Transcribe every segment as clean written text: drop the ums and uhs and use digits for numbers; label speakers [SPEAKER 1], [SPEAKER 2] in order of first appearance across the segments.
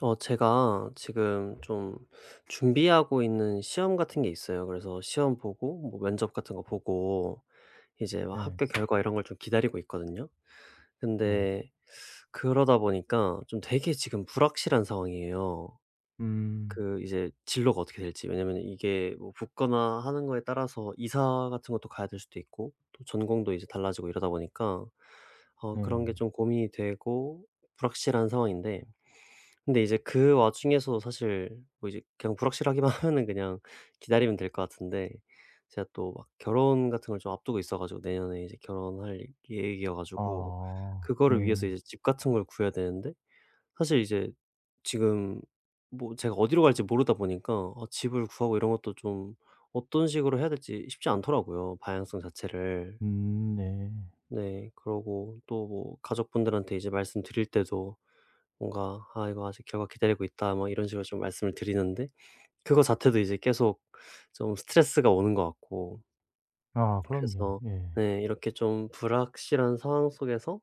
[SPEAKER 1] 제가 지금 좀 준비하고 있는 시험 같은 게 있어요. 그래서 시험 보고 뭐 면접 같은 거 보고 이제 막
[SPEAKER 2] 네.
[SPEAKER 1] 학교 결과 이런 걸 좀 기다리고 있거든요.
[SPEAKER 2] 네.
[SPEAKER 1] 근데 그러다 보니까 좀 되게 지금 불확실한 상황이에요.
[SPEAKER 2] 음.
[SPEAKER 1] 그 이제 진로가 어떻게 될지. 왜냐면 이게 뭐 붙거나 하는 거에 따라서 이사 같은 것도 가야 될 수도 있고 또 전공도 이제 달라지고 이러다 보니까 그런 게
[SPEAKER 2] 네.
[SPEAKER 1] 좀 고민이 되고 불확실한 상황인데 근데 이제 그 와중에서도 사실 뭐 이제 그냥 불확실하기만 하면은 그냥 기다리면 될 것 같은데 제가 또 막 결혼 같은 걸 좀 앞두고 있어 가지고 내년에 이제 결혼할 계획이어 가지고
[SPEAKER 2] 아.
[SPEAKER 1] 그거를
[SPEAKER 2] 네.
[SPEAKER 1] 위해서 이제 집 같은 걸 구해야 되는데 사실 이제 지금 뭐 제가 어디로 갈지 모르다 보니까 집을 구하고 이런 것도 좀 어떤 식으로 해야 될지 쉽지 않더라고요, 방향성 자체를.
[SPEAKER 2] 네.
[SPEAKER 1] 네. 그러고 또 뭐 가족분들한테 이제 말씀드릴 때도 뭔가 "아 이거 아직 결과 기다리고 있다." 뭐 이런 식으로 좀 말씀을 드리는데 그거 자체도 이제 계속 좀 스트레스가 오는 것 같고
[SPEAKER 2] 아 그럼요.
[SPEAKER 1] 그래서
[SPEAKER 2] 예.
[SPEAKER 1] 네 이렇게 좀 불확실한 상황 속에서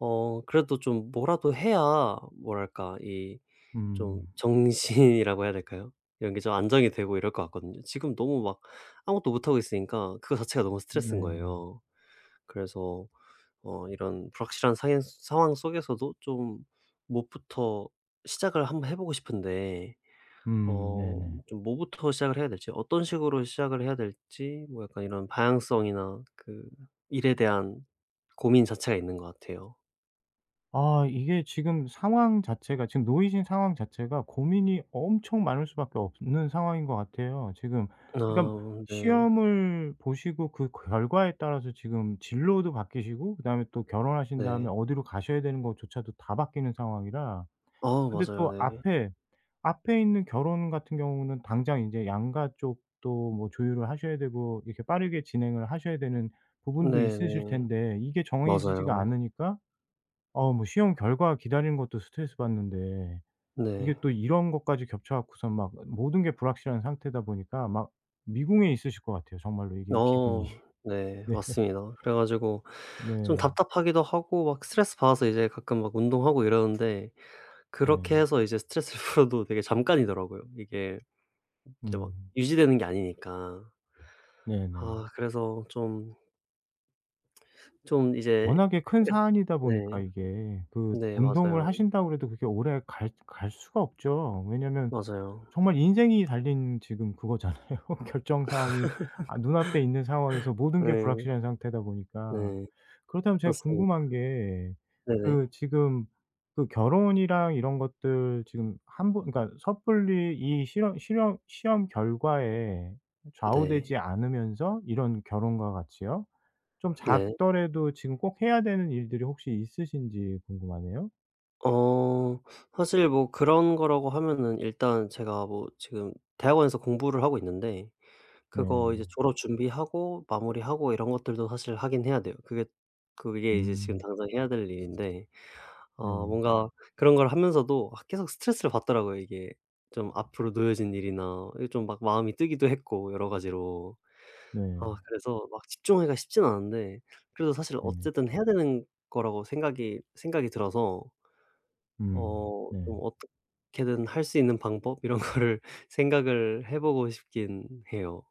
[SPEAKER 1] 그래도 좀 뭐라도 해야 뭐랄까 이
[SPEAKER 2] 음.
[SPEAKER 1] 좀 정신이라고 해야 될까요? 이런 게 좀 안정이 되고 이럴 것 같거든요. 지금 너무 막 아무것도 못하고 있으니까 그거 자체가 너무 스트레스인
[SPEAKER 2] 네.
[SPEAKER 1] 거예요. 그래서 이런 불확실한 상황 속에서도 좀 뭐부터 시작을 한번 해 보고 싶은데
[SPEAKER 2] 네네.
[SPEAKER 1] 좀 뭐부터 시작을 해야 될지 어떤 식으로 시작을 해야 될지 뭐 약간 이런 방향성이나 그 일에 대한 고민 자체가 있는 것 같아요.
[SPEAKER 2] 아 이게 지금 상황 자체가 지금 놓이신 상황 자체가 고민이 엄청 많을 수밖에 없는 상황인 것 같아요. 지금
[SPEAKER 1] 아
[SPEAKER 2] 그러니까
[SPEAKER 1] 네.
[SPEAKER 2] 시험을 보시고 그 결과에 따라서 지금 진로도 바뀌시고 그다음에 또 결혼하신 다음에
[SPEAKER 1] 네.
[SPEAKER 2] 어디로 가셔야 되는 것조차도 다 바뀌는 상황이라
[SPEAKER 1] 아
[SPEAKER 2] 근데
[SPEAKER 1] 맞아요.
[SPEAKER 2] 또
[SPEAKER 1] 네.
[SPEAKER 2] 앞에 있는 결혼 같은 경우는 당장 이제 양가 쪽도 뭐 조율을 하셔야 되고 이렇게 빠르게 진행을 하셔야 되는 부분도 있으실
[SPEAKER 1] 네네.
[SPEAKER 2] 텐데 이게 정해지지가
[SPEAKER 1] 맞아요.
[SPEAKER 2] 않으니까 어 뭐 시험 결과 기다리는 것도 스트레스 받는데 이게
[SPEAKER 1] 네.
[SPEAKER 2] 또 이런 것까지 겹쳐 갖고서 막 모든 게 불확실한 상태다 보니까 막 미궁에 있으실 것 같아요 정말로 이게 기분이.
[SPEAKER 1] 어 네.
[SPEAKER 2] 네.
[SPEAKER 1] 맞습니다. 그래 가지고 좀
[SPEAKER 2] 네.
[SPEAKER 1] 답답하기도 하고 막 스트레스 받아서 이제 가끔 막 운동하고 이러는데 그렇게
[SPEAKER 2] 네.
[SPEAKER 1] 해서 이제 스트레스를 풀어도 되게 잠깐이더라고요. 이게 이제 막
[SPEAKER 2] 음.
[SPEAKER 1] 유지되는 게 아니니까.
[SPEAKER 2] 네네.
[SPEAKER 1] 아 그래서 좀 이제
[SPEAKER 2] 워낙에 큰
[SPEAKER 1] 그니까
[SPEAKER 2] 사안이다 보니까
[SPEAKER 1] 네.
[SPEAKER 2] 이게 그
[SPEAKER 1] 네
[SPEAKER 2] 운동을
[SPEAKER 1] 맞아요.
[SPEAKER 2] 하신다고 그래도 그게 오래 갈 수가 없죠. 왜냐면
[SPEAKER 1] 맞아요.
[SPEAKER 2] 정말 인생이 달린 지금 그거잖아요. 결정사항이 아 눈앞에 있는 상황에서 모든 게
[SPEAKER 1] 네.
[SPEAKER 2] 불확실한 상태다 보니까.
[SPEAKER 1] 네.
[SPEAKER 2] 그렇다면 제가
[SPEAKER 1] 맞습니
[SPEAKER 2] 궁금한 게 그
[SPEAKER 1] 네네.
[SPEAKER 2] 지금 그 결혼이랑 이런 것들 지금 한 번 그러니까 섣불리 이 실험 실험 시험 결과에
[SPEAKER 1] 네.
[SPEAKER 2] 좌우되지 않으면서 이런 결혼과 같이요. 좀
[SPEAKER 1] 네.
[SPEAKER 2] 작더라도 지금 꼭 해야 되는 일들이 혹시 있으신지 궁금하네요.
[SPEAKER 1] 어 사실 뭐 그런 거라고 하면은 일단 제가 뭐 지금 대학원에서 공부를 하고 있는데 그거
[SPEAKER 2] 네.
[SPEAKER 1] 이제 졸업 준비하고 마무리하고 이런 것들도 사실 하긴 해야 돼요. 그게 이제 지금
[SPEAKER 2] 음.
[SPEAKER 1] 당장 해야 될 일인데
[SPEAKER 2] 네.
[SPEAKER 1] 뭔가 그런 걸 하면서도 아 계속 스트레스를 받더라고요 이게. 좀 앞으로 놓여진 일이나 이게 좀 막 마음이 뜨기도 했고 여러 가지로.
[SPEAKER 2] 네.
[SPEAKER 1] 아 그래서 막 집중하기가 쉽진 않은데 그래도 사실
[SPEAKER 2] 네.
[SPEAKER 1] 어쨌든 해야 되는 거라고 생각이 들어서
[SPEAKER 2] 음. 네.
[SPEAKER 1] 좀 어떻게든 할 수 있는 방법 이런 거를 생각을 해 보고 싶긴 해요.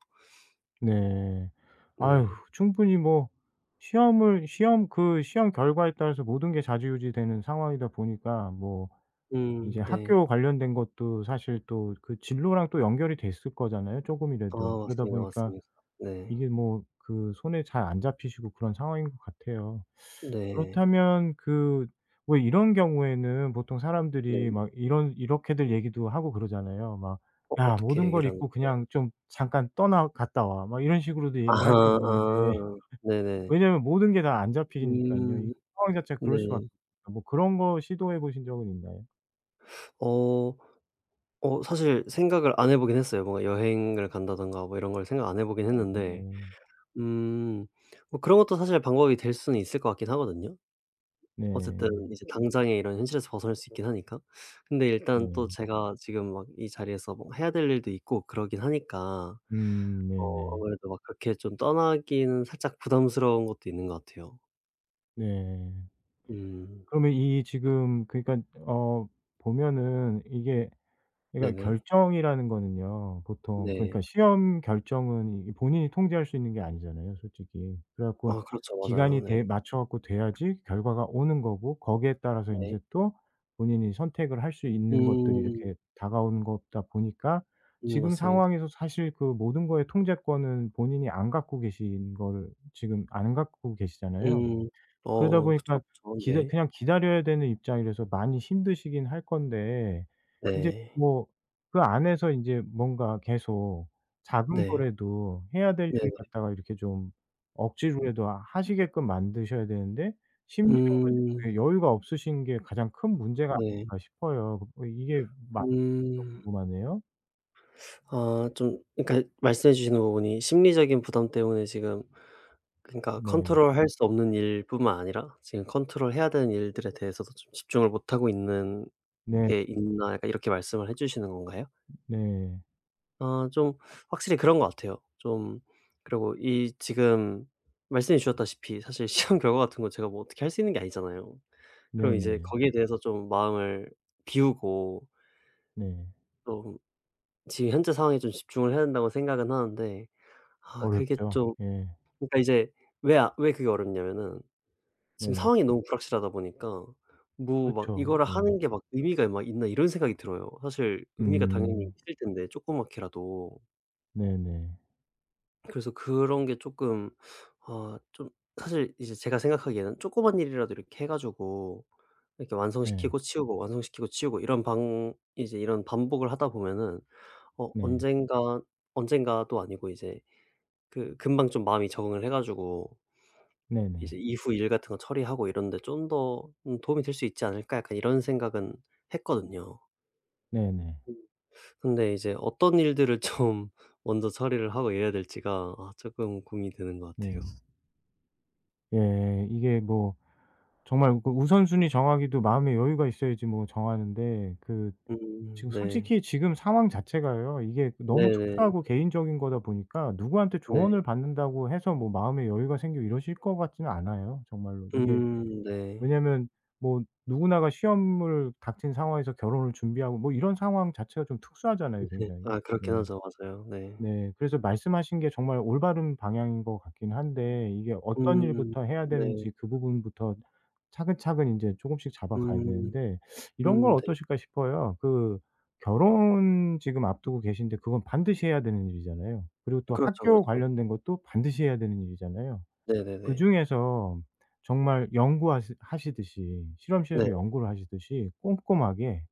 [SPEAKER 2] 네. 아유
[SPEAKER 1] 네.
[SPEAKER 2] 충분히 뭐 시험을 시험 그 시험 결과에 따라서 모든 게 좌지우지되는 상황이다 보니까 뭐 이제
[SPEAKER 1] 네.
[SPEAKER 2] 학교 관련된 것도 사실 또 그 진로랑 또 연결이 됐을 거잖아요 조금이라
[SPEAKER 1] 아
[SPEAKER 2] 도 그러다
[SPEAKER 1] 맞습니다,
[SPEAKER 2] 보니까
[SPEAKER 1] 맞습니다. 네.
[SPEAKER 2] 이게 뭐 그 손에 잘 안 잡히시고 그런 상황인 것 같아요.
[SPEAKER 1] 네.
[SPEAKER 2] 그렇다면 그 왜 이런 경우에는 보통
[SPEAKER 1] 네.
[SPEAKER 2] 사람들이 막 이런 이렇게들 얘기도 하고 그러잖아요. 막 "야
[SPEAKER 1] 어떻게
[SPEAKER 2] 모든 걸
[SPEAKER 1] 얘기를 하는
[SPEAKER 2] 잊고 그냥 좀 잠깐 떠나 갔다 와." 막 이런 식으로도 얘기를 하시고
[SPEAKER 1] 아하. 아.
[SPEAKER 2] 그러는데
[SPEAKER 1] 네네.
[SPEAKER 2] 왜냐면 모든 게 다 안 잡히니깐요. 이
[SPEAKER 1] 음.
[SPEAKER 2] 상황 자체가 그럴 수밖에
[SPEAKER 1] 네.
[SPEAKER 2] 없으니까. 뭐 그런 거 시도해 보신 적은 있나요?
[SPEAKER 1] 어 사실 생각을 안 해 보긴 했어요. 뭔가 여행을 간다든가 뭐 이런 걸 생각 안 해 보긴 했는데
[SPEAKER 2] 네.
[SPEAKER 1] 음 뭐 그런 것도 사실 방법이 될 수는 있을 것 같긴 하거든요. 어쨌든
[SPEAKER 2] 네.
[SPEAKER 1] 이제 당장에 이런 현실에서 벗어날 수 있긴 하니까. 근데 일단 또
[SPEAKER 2] 네.
[SPEAKER 1] 제가 지금 막 이 자리에서 뭐 해야 될 일도 있고 그러긴 하니까
[SPEAKER 2] 네네.
[SPEAKER 1] 아무래도 막 그렇게 좀 떠나기는 살짝 부담스러운 것도 있는 것 같아요.
[SPEAKER 2] 네.
[SPEAKER 1] 음.
[SPEAKER 2] 그러면 이 지금 그러니까 어 보면은 이게 그러니까
[SPEAKER 1] 네네.
[SPEAKER 2] 결정이라는 거는요. 보통
[SPEAKER 1] 네.
[SPEAKER 2] 그러니까 시험 결정은 이 본인이 통제할 수 있는 게 아니잖아요, 솔직히. 그래 갖고
[SPEAKER 1] 아 그렇죠. 맞아요.
[SPEAKER 2] 기간이
[SPEAKER 1] 네.
[SPEAKER 2] 돼 맞춰 갖고 돼야지 결과가 오는 거고 거기에 따라서
[SPEAKER 1] 네.
[SPEAKER 2] 인제 또 본인이 선택을 할 수 있는 것들이
[SPEAKER 1] 음.
[SPEAKER 2] 이렇게 다가오는 거다 보니까 지금
[SPEAKER 1] 맞습니다.
[SPEAKER 2] 상황에서 사실 그 모든 거의 통제권은 본인이 안 갖고 계신 거를 지금 안 갖고 계시잖아요.
[SPEAKER 1] 음.
[SPEAKER 2] 그러다
[SPEAKER 1] 그쵸,
[SPEAKER 2] 보니까
[SPEAKER 1] 그쵸.
[SPEAKER 2] 기다
[SPEAKER 1] 네.
[SPEAKER 2] 그냥 기다려야 되는 입장이라서 많이 힘드시긴 할 건데 인제
[SPEAKER 1] 네.
[SPEAKER 2] 뭐 그 안에서 인제 뭔가 계속 작은
[SPEAKER 1] 네.
[SPEAKER 2] 거라도 해야 될 일을
[SPEAKER 1] 네네.
[SPEAKER 2] 갖다가 이렇게 좀 억지로라도 하시게끔 만드셔야 되는데 심리적으로
[SPEAKER 1] 음.
[SPEAKER 2] 그 여유가 없으신 게 가장 큰 문제가
[SPEAKER 1] 네.
[SPEAKER 2] 아닐까 싶어요. 그 어 이게 맞는지
[SPEAKER 1] 음.
[SPEAKER 2] 궁금하네요.
[SPEAKER 1] 아 좀 그러니까 말씀해 주시는 거 보니 심리적인 부담 때문에 지금 그러니까
[SPEAKER 2] 네.
[SPEAKER 1] 컨트롤할 수 없는 일뿐만 아니라 지금 컨트롤해야 되는 일들에 대해서도 좀 집중을 못 하고 있는
[SPEAKER 2] 네.
[SPEAKER 1] 게 있나 약간 이렇게 말씀을 해 주시는 건가요?
[SPEAKER 2] 네.
[SPEAKER 1] 좀 확실히 그런 것 같아요. 좀 그리고 이 지금 말씀해 주셨다시피 사실 시험 결과 같은 거 제가 뭐 어떻게 할 수 있는 게 아니잖아요. 그럼
[SPEAKER 2] 네네.
[SPEAKER 1] 이제
[SPEAKER 2] 네.
[SPEAKER 1] 거기에 대해서 좀 마음을 비우고
[SPEAKER 2] 네.
[SPEAKER 1] 좀 지금 현재 상황에 좀 집중을 해야 된다고 생각은 하는데 아 그게
[SPEAKER 2] 어렵죠.
[SPEAKER 1] 좀
[SPEAKER 2] 예.
[SPEAKER 1] 그러니까 이제 왜 그게 어렵냐면은 지금
[SPEAKER 2] 네.
[SPEAKER 1] 상황이 너무 불확실하다 보니까 뭐 막
[SPEAKER 2] 그렇죠.
[SPEAKER 1] '이거를
[SPEAKER 2] 예.
[SPEAKER 1] 하는 게 막 의미가 막 있나.' 이런 생각이 들어요. 사실 의미가 당연히
[SPEAKER 2] 음.
[SPEAKER 1] 있을 텐데 조그맣게라도.
[SPEAKER 2] 네네.
[SPEAKER 1] 그래서 그런 게 조금 좀 사실 이제 제가 생각하기에는 조그만 일이라도 이렇게 해 가지고 이렇게
[SPEAKER 2] 네.
[SPEAKER 1] 완성시키고 치우고 완성시키고 치우고 이런 방 이제 이런 반복을 하다 보면은
[SPEAKER 2] 네.
[SPEAKER 1] 언젠가 언젠가도 아니고 이제 그 금방 좀 마음이 적응을 해 가지고
[SPEAKER 2] 네네.
[SPEAKER 1] 이제 이후 일 같은 거 처리하고 이런 데 좀 더 '도움이 될 수 있지 않을까?' 약간 이런 생각은 했거든요.
[SPEAKER 2] 네네.
[SPEAKER 1] 근데 이제 어떤 일들을 좀 먼저 처리를 하고 이래야 될지가 아 쪼끔 고민이 되는 것 같아요.
[SPEAKER 2] 네. 예. 이게 뭐 정말 그 우선순위 정하기도 마음의 여유가 있어야지 뭐 정하는데 그 지금
[SPEAKER 1] 네.
[SPEAKER 2] 솔직히 지금 상황 자체가요. 이게 너무
[SPEAKER 1] 네네.
[SPEAKER 2] 특수하고 개인적인 거다 보니까 누구한테
[SPEAKER 1] 네.
[SPEAKER 2] 조언을 받는다고 해서 뭐 마음에 여유가 생기고 이러실 것 같지는 않아요, 정말로. 이게
[SPEAKER 1] 네.
[SPEAKER 2] 왜냐면 뭐 누구나가 시험을 닥친 상황에서 결혼을 준비하고 뭐 이런 상황 자체가 좀 특수하잖아요,
[SPEAKER 1] 네.
[SPEAKER 2] 굉장히.
[SPEAKER 1] 아
[SPEAKER 2] 예.
[SPEAKER 1] 그렇긴 하죠. 맞아요. 네.
[SPEAKER 2] 네. 그래서 말씀하신 게 정말 올바른 방향인 것 같긴 한데 이게 어떤
[SPEAKER 1] 음
[SPEAKER 2] 일부터 해야
[SPEAKER 1] 네.
[SPEAKER 2] 되는지 그 부분부터 차근차근 인제 조금씩 잡아가야
[SPEAKER 1] 음
[SPEAKER 2] 되는데 이런 건
[SPEAKER 1] 네.
[SPEAKER 2] 어떠실까 싶어요. 그 결혼 지금 앞두고 계신데 그건 반드시 해야 되는 일이잖아요. 그리고 또
[SPEAKER 1] 그렇죠,
[SPEAKER 2] 학교
[SPEAKER 1] 그렇죠.
[SPEAKER 2] 관련된 것도 반드시 해야 되는 일이잖아요.
[SPEAKER 1] 네네네.
[SPEAKER 2] 그중에서 정말 연구하시 하시듯이 실험실에서
[SPEAKER 1] 네.
[SPEAKER 2] 연구를 하시듯이 꼼꼼하게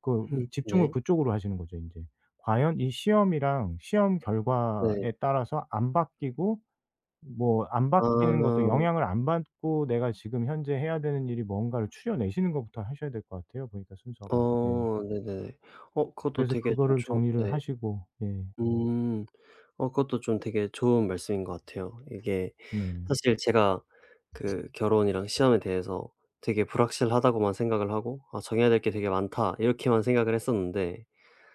[SPEAKER 2] 그 집중을
[SPEAKER 1] 네.
[SPEAKER 2] 그쪽으로 하시는 거죠 인제. 과연 이 시험이랑 시험
[SPEAKER 1] 네.
[SPEAKER 2] 결과에 따라서 안 바뀌고 뭐 안 바뀌는 것도
[SPEAKER 1] 아
[SPEAKER 2] 영향을 안 받고 내가 지금 현재 해야 되는 일이 뭔가를 추려내시는 것부터 하셔야 될 것 같아요 보니까 순서가. 예.
[SPEAKER 1] 어 네네네. 어 그것도
[SPEAKER 2] 그래서
[SPEAKER 1] 되게 좀
[SPEAKER 2] 그거를
[SPEAKER 1] 좀
[SPEAKER 2] 정리를
[SPEAKER 1] 네.
[SPEAKER 2] 하시고 예.
[SPEAKER 1] 음 그것도 좀 되게 좋은 말씀인 것 같아요. 이게
[SPEAKER 2] 네.
[SPEAKER 1] 사실 제가 그 결혼이랑 시험에 대해서 되게 불확실하다고만 생각을 하고 '아 정해야 될 게 되게 많다.' 이렇게만 생각을 했었는데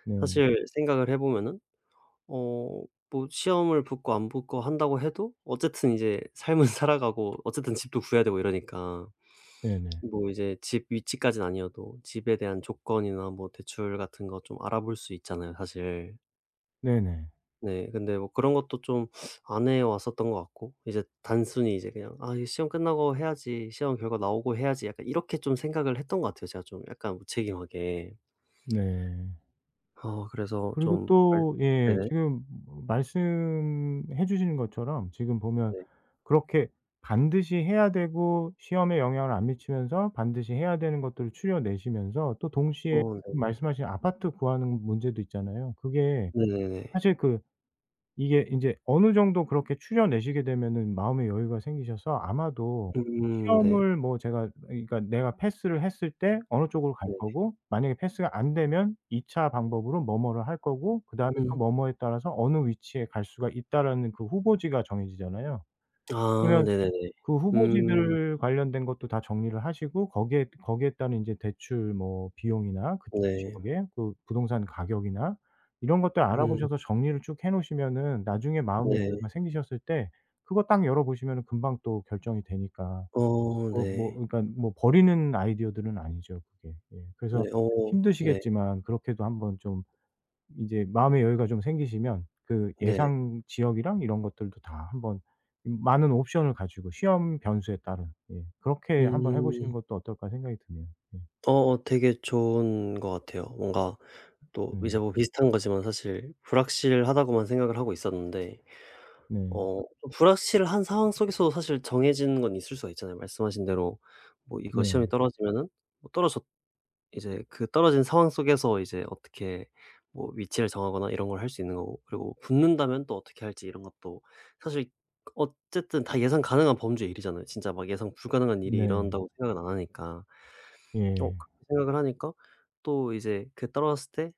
[SPEAKER 2] 네.
[SPEAKER 1] 사실 생각을 해 보면은 어 뭐 시험을 붙고 안 붙고 한다고 해도 어쨌든 이제 삶은 살아가고 어쨌든 집도 구해야 되고 이러니까
[SPEAKER 2] 네네.
[SPEAKER 1] 뭐 이제 집 위치까지는 아니어도 집에 대한 조건이나 뭐 대출 같은 거 좀 알아볼 수 있잖아요 사실.
[SPEAKER 2] 네네.
[SPEAKER 1] 네. 근데 뭐 그런 것도 좀 안 해 왔었던 것 같고 이제 단순히 이제 그냥 '아 이 시험 끝나고 해야지. 시험 결과 나오고 해야지.' 약간 이렇게 좀 생각을 했던 것 같아요 제가 좀 약간 무책임하게.
[SPEAKER 2] 네.
[SPEAKER 1] 그래서
[SPEAKER 2] 그리고
[SPEAKER 1] 좀 말
[SPEAKER 2] 또 예
[SPEAKER 1] 네네.
[SPEAKER 2] 지금 뭐 말씀해 주시는 것처럼 지금 보면
[SPEAKER 1] 네.
[SPEAKER 2] 그렇게 반드시 해야 되고 시험에 영향을 안 미치면서 반드시 해야 되는 것들을 추려내시면서 또 동시에
[SPEAKER 1] 어 네.
[SPEAKER 2] 말씀하신 아파트 구하는 문제도 있잖아요. 그게
[SPEAKER 1] 네네네.
[SPEAKER 2] 사실 그 이게 인제 어느 정도 그렇게 추려내시게 되면은 마음의 여유가 생기셔서 아마도
[SPEAKER 1] 네.
[SPEAKER 2] 시험을 뭐 제가 그러니까 내가 패스를 했을 때 어느 쪽으로 갈
[SPEAKER 1] 네.
[SPEAKER 2] 거고 만약에 패스가 안 되면 2차 방법으로 뭐뭐를 할 거고 그다음에
[SPEAKER 1] 음.
[SPEAKER 2] 그 뭐뭐에 따라서 어느 위치에 갈 수가 있다라는 그 후보지가 정해지잖아요.
[SPEAKER 1] 아
[SPEAKER 2] 그러면
[SPEAKER 1] 네네네.
[SPEAKER 2] 그
[SPEAKER 1] 음
[SPEAKER 2] 후보지들 관련된 것도 다 정리를 하시고 거기에 따른 인제 대출 뭐 비용이나 그쪽
[SPEAKER 1] 네.
[SPEAKER 2] 지역의 그 부동산 가격이나 이런 것들
[SPEAKER 1] 음
[SPEAKER 2] 알아보셔서 정리를 쭉 해 놓으시면은 나중에 마음의
[SPEAKER 1] 네.
[SPEAKER 2] 여유가 생기셨을 때 그거 딱 열어 보시면은 금방 또 결정이 되니까.
[SPEAKER 1] 어
[SPEAKER 2] 뭐
[SPEAKER 1] 네.
[SPEAKER 2] 그러니까 뭐 버리는 아이디어들은 아니죠 그게. 예.
[SPEAKER 1] 네.
[SPEAKER 2] 그래서
[SPEAKER 1] 어 네.
[SPEAKER 2] 힘드시겠지만 그렇게도 한번 좀 이제 마음의 여유가 좀 생기시면 그
[SPEAKER 1] 네.
[SPEAKER 2] 예상 지역이랑 이런 것들도 다 한번 많은 옵션을 가지고 시험 변수에 따른 예 그렇게 한번 해 보시는
[SPEAKER 1] 음.
[SPEAKER 2] 것도 어떨까 생각이 드네요. 예.
[SPEAKER 1] 어어 되게 좋은 것 같아요. 뭔가 또 이제
[SPEAKER 2] 음.
[SPEAKER 1] 뭐 비슷한 거지만 사실 불확실하다고만 생각을 하고 있었는데
[SPEAKER 2] 네.
[SPEAKER 1] 또 불확실한 상황 속에서도 사실 정해진 건 있을 수가 있잖아요. 말씀하신 대로 뭐 이거 시험이
[SPEAKER 2] 네.
[SPEAKER 1] 떨어지면은 뭐 떨어졌 이제 그 떨어진 상황 속에서 이제 어떻게 뭐 위치를 정하거나 이런 걸 할 수 있는 거고 그리고 붙는다면 또 어떻게 할지 이런 것도 사실 어쨌든 다 예상 가능한 범주의 일이잖아요. 진짜 막 예상 불가능한 일이
[SPEAKER 2] 네.
[SPEAKER 1] 일어난다고 생각은 안 하니까.
[SPEAKER 2] 예.
[SPEAKER 1] 그렇게 생각을 하니까 또 이제 그 떨어졌을 때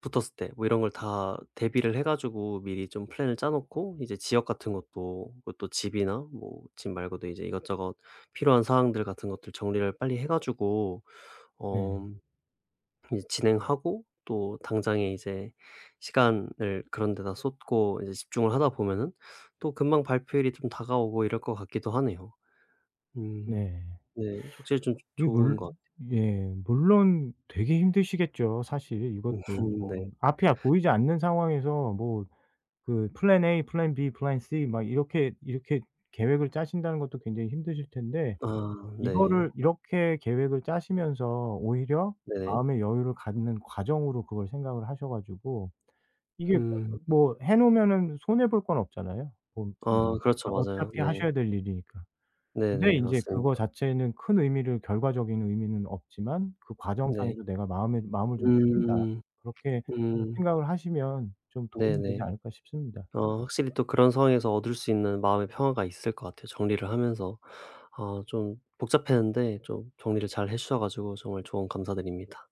[SPEAKER 1] 붙었을 때 뭐 이런 걸 다 대비를 해 가지고 미리 좀 플랜을 짜 놓고 이제 지역 같은 것도 또 집이나 뭐 집 말고도 이제 이것저것 필요한 사항들 같은 것들 정리를 빨리 해 가지고
[SPEAKER 2] 네.
[SPEAKER 1] 어 이제 진행하고 또 당장에 이제 시간을 그런 데다 쏟고 이제 집중을 하다 보면은 또 금방 발표일이 좀 다가오고 이럴 것 같기도 하네요. 음.
[SPEAKER 2] 네.
[SPEAKER 1] 네. 확실히 좀
[SPEAKER 2] 이게
[SPEAKER 1] 좋은
[SPEAKER 2] 물
[SPEAKER 1] 것
[SPEAKER 2] 예 물론 되게 힘드시겠죠 사실
[SPEAKER 1] 같아요.
[SPEAKER 2] 이것도.
[SPEAKER 1] 네.
[SPEAKER 2] 뭐 앞이 보이지 않는 상황에서 뭐 그 플랜 A, 플랜 B, 플랜 C 막 이렇게 계획을 짜신다는 것도 굉장히 힘드실 텐데
[SPEAKER 1] 아 네.
[SPEAKER 2] 이거를 이렇게 계획을 짜시면서 오히려
[SPEAKER 1] 네네.
[SPEAKER 2] 마음의 여유를 갖는 과정으로 그걸 생각을 하셔 가지고 이게
[SPEAKER 1] 음.
[SPEAKER 2] 뭐 해 놓으면은 손해 볼 건 없잖아요. 뭐
[SPEAKER 1] 아 그렇죠.
[SPEAKER 2] 그러니까
[SPEAKER 1] 맞아요.
[SPEAKER 2] 어차피
[SPEAKER 1] 네.
[SPEAKER 2] 하셔야 될 일이니까. 근데
[SPEAKER 1] 네네.
[SPEAKER 2] 인제
[SPEAKER 1] 맞습니다.
[SPEAKER 2] 그거 자체는 큰 의미를 결과적인 의미는 없지만 '그
[SPEAKER 1] 네.
[SPEAKER 2] 과정상에서 내가 마음에 마음을 좀 추린다.'
[SPEAKER 1] 음.
[SPEAKER 2] 그렇게
[SPEAKER 1] 음.
[SPEAKER 2] 생각을 하시면 좀 도움이 되지
[SPEAKER 1] 네네.
[SPEAKER 2] 않을까 싶습니다.
[SPEAKER 1] 확실히 또 그런 상황에서 얻을 수 있는 마음의 평화가 있을 것 같아요. 정리를 하면서 좀 복잡했는데 좀 정리를 잘 해 주셔 가지고 정말 조언 감사드립니다.